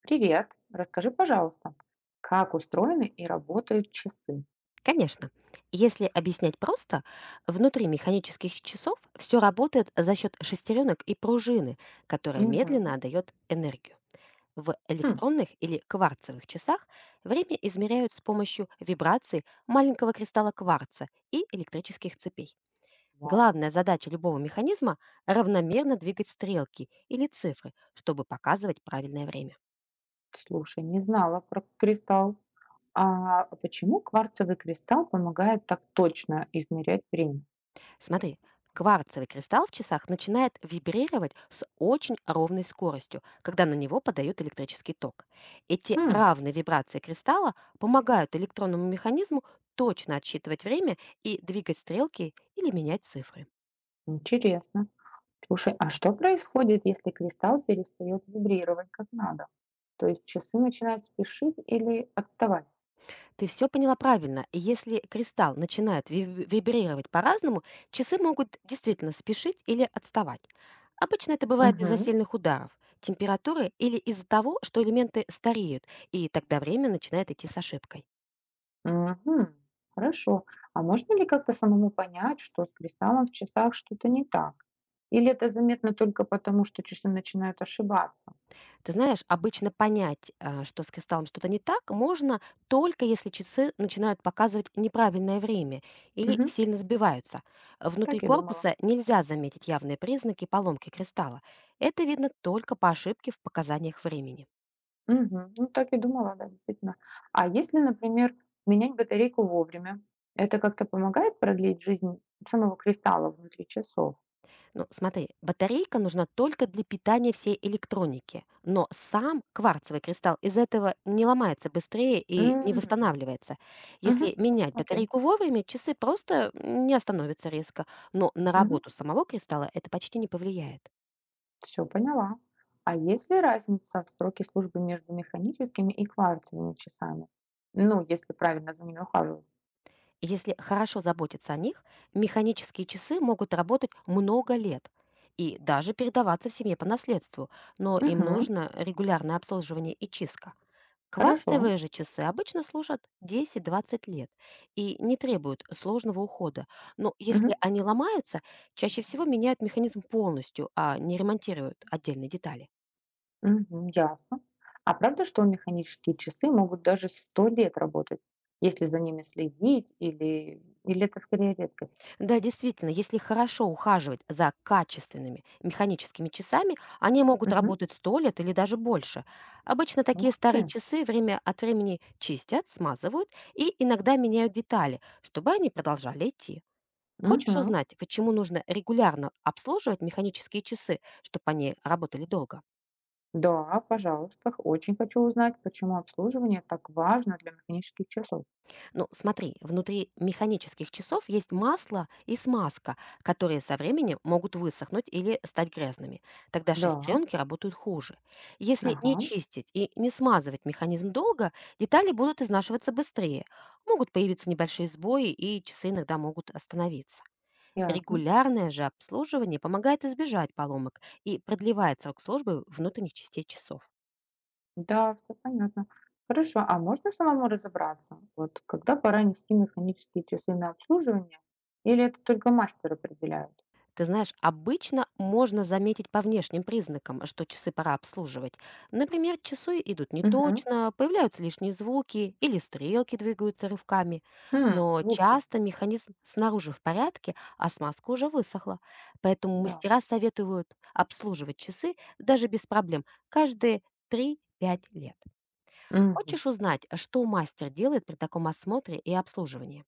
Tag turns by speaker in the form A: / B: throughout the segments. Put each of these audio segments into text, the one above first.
A: Привет. Расскажи, пожалуйста, как устроены и работают часы?
B: Конечно. Если объяснять просто, внутри механических часов все работает за счет шестеренок и пружины, которая
A: Мгм.
B: медленно отдает энергию. В
A: Хм.
B: электронных или кварцевых часах время измеряют с помощью вибраций маленького кристалла кварца и электрических цепей.
A: Вау.
B: Главная задача любого механизма – равномерно двигать стрелки или цифры, чтобы показывать правильное время.
A: Слушай, не знала про кристалл. А почему кварцевый кристалл помогает так точно измерять время?
B: Смотри, кварцевый кристалл в часах начинает вибрировать с очень ровной скоростью, когда на него подают электрический ток. Эти
A: Хм,
B: равные вибрации кристалла помогают электронному механизму точно отсчитывать время и двигать стрелки или менять цифры.
A: интересно. Слушай, а что происходит, если кристалл перестает вибрировать как надо? То есть часы начинают спешить или отставать?
B: Ты все поняла правильно. Если кристалл начинает вибрировать по-разному, часы могут действительно спешить или отставать. Обычно это бывает из-за
A: Угу.
B: сильных ударов, температуры или из-за того, что элементы стареют, и тогда время начинает идти с ошибкой.
A: Угу. Хорошо. А можно ли как-то самому понять, что с кристаллом в часах что-то не так? Или это заметно только потому, что часы начинают ошибаться?
B: Ты знаешь, обычно понять, что с кристаллом что-то не так, можно, только если часы начинают показывать неправильное время или
A: Мгм.
B: сильно сбиваются. Внутри
A: Так и думала.
B: корпуса нельзя заметить явные признаки поломки кристалла. Это видно только по ошибке в показаниях времени.
A: Мгм. Ну, так и думала, да, действительно. А если, например, менять батарейку вовремя, это как-то помогает продлить жизнь самого кристалла внутри часов?
B: Ну, смотри, батарейка нужна только для питания всей электроники, но сам кварцевый кристалл из этого не ломается быстрее и не
A: М.
B: восстанавливается.
A: Мгм.
B: Если менять
A: Окей.
B: батарейку вовремя, часы просто не остановятся резко, но на
A: Все
B: работу самого кристалла это почти не повлияет.
A: поняла. А есть ли разница в сроке службы между механическими и кварцевыми часами? Ну, если правильно за ними ухаживать.
B: Если хорошо заботиться о них, механические часы могут работать много лет и даже передаваться в семье по наследству, но им
A: Мгм.
B: нужно регулярное обслуживание и чистка.
A: Хорошо.
B: Кварцевые же часы обычно служат 10-20 лет и не требуют сложного ухода. Но
A: Мгм.
B: если они ломаются, чаще всего меняют механизм полностью, а не ремонтируют отдельные детали.
A: Мгм. Ясно. А правда, что механические часы могут даже 100 лет работать, если за ними следить, или это скорее редкость?
B: Да, действительно, если хорошо ухаживать за качественными механическими часами, они могут
A: Мгм.
B: работать 100 лет или даже больше. Обычно
A: Ух
B: такие
A: ты.
B: старые часы время от времени чистят, смазывают и иногда меняют детали, чтобы они продолжали идти. Хочешь
A: Мгм.
B: узнать, почему нужно регулярно обслуживать механические часы, чтобы они работали долго?
A: Да, пожалуйста, очень хочу узнать, почему обслуживание так важно для механических часов.
B: Ну, смотри, внутри механических часов есть масло и смазка, которые со временем могут высохнуть или стать грязными. Тогда
A: Да,
B: шестеренки работают хуже. Если
A: ага,
B: не чистить и не смазывать механизм долго, детали будут изнашиваться быстрее. Могут появиться небольшие сбои, и часы иногда могут остановиться.
A: ясно.
B: Регулярное же обслуживание помогает избежать поломок и продлевает срок службы внутренних частей часов.
A: Да, все понятно. Хорошо, а можно самому разобраться, вот когда пора нести механические часы на обслуживание, или это только мастер определяет?
B: Ты знаешь, обычно можно заметить по внешним признакам, что часы пора обслуживать. Например, часы идут
A: Угу.
B: неточно, появляются лишние звуки или стрелки двигаются рывками.
A: Хм,
B: Но
A: звуки,
B: часто механизм снаружи в порядке, а смазка уже высохла. Поэтому
A: да.
B: мастера советуют обслуживать часы даже без проблем каждые 3-5 лет.
A: Мгм.
B: Хочешь узнать, что мастер делает при таком осмотре и обслуживании?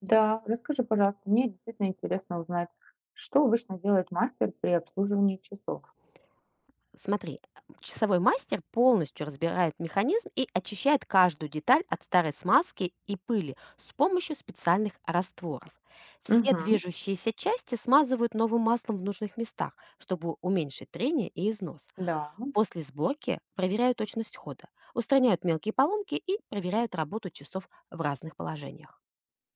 A: Да, расскажи, пожалуйста, мне действительно интересно узнать, что обычно делает мастер при обслуживании часов?
B: Смотри, часовой мастер полностью разбирает механизм и очищает каждую деталь от старой смазки и пыли с помощью специальных растворов. Все
A: Угу,
B: движущиеся части смазывают новым маслом в нужных местах, чтобы уменьшить трение и износ.
A: да.
B: После сборки проверяют точность хода, устраняют мелкие поломки и проверяют работу часов в разных положениях.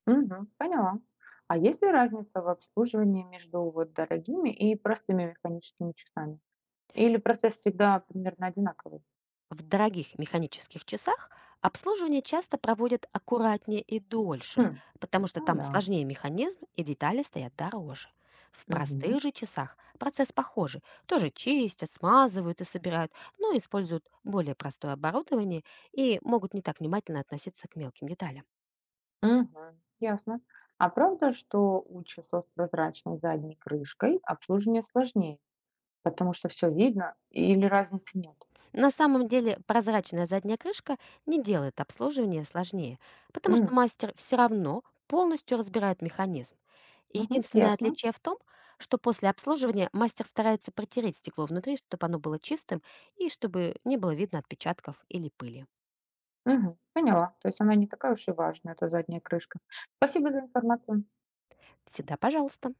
A: Угу, поняла. А есть ли разница в обслуживании между вот дорогими и простыми механическими часами? Или процесс всегда примерно одинаковый?
B: В дорогих механических часах обслуживание часто проводят аккуратнее и дольше,
A: Хм.
B: потому что
A: Ну
B: там
A: да.
B: сложнее механизм и детали стоят дороже. В
A: Угу,
B: простых же часах процесс похожий. Тоже чистят, смазывают и собирают, но используют более простое оборудование и могут не так внимательно относиться к мелким деталям.
A: угу, ясно. А правда, что у часов с прозрачной задней крышкой обслуживание сложнее, потому что все видно или разницы нет?
B: На самом деле прозрачная задняя крышка не делает обслуживание сложнее, потому что мастер все равно полностью разбирает механизм. И
A: Мгм.
B: Единственное
A: Ясно.
B: отличие в том, что после обслуживания мастер старается протереть стекло внутри, чтобы оно было чистым и чтобы не было видно отпечатков или пыли.
A: Мгм. Поняла. То есть она не такая уж и важная, эта задняя крышка. Спасибо за информацию.
B: Всегда пожалуйста.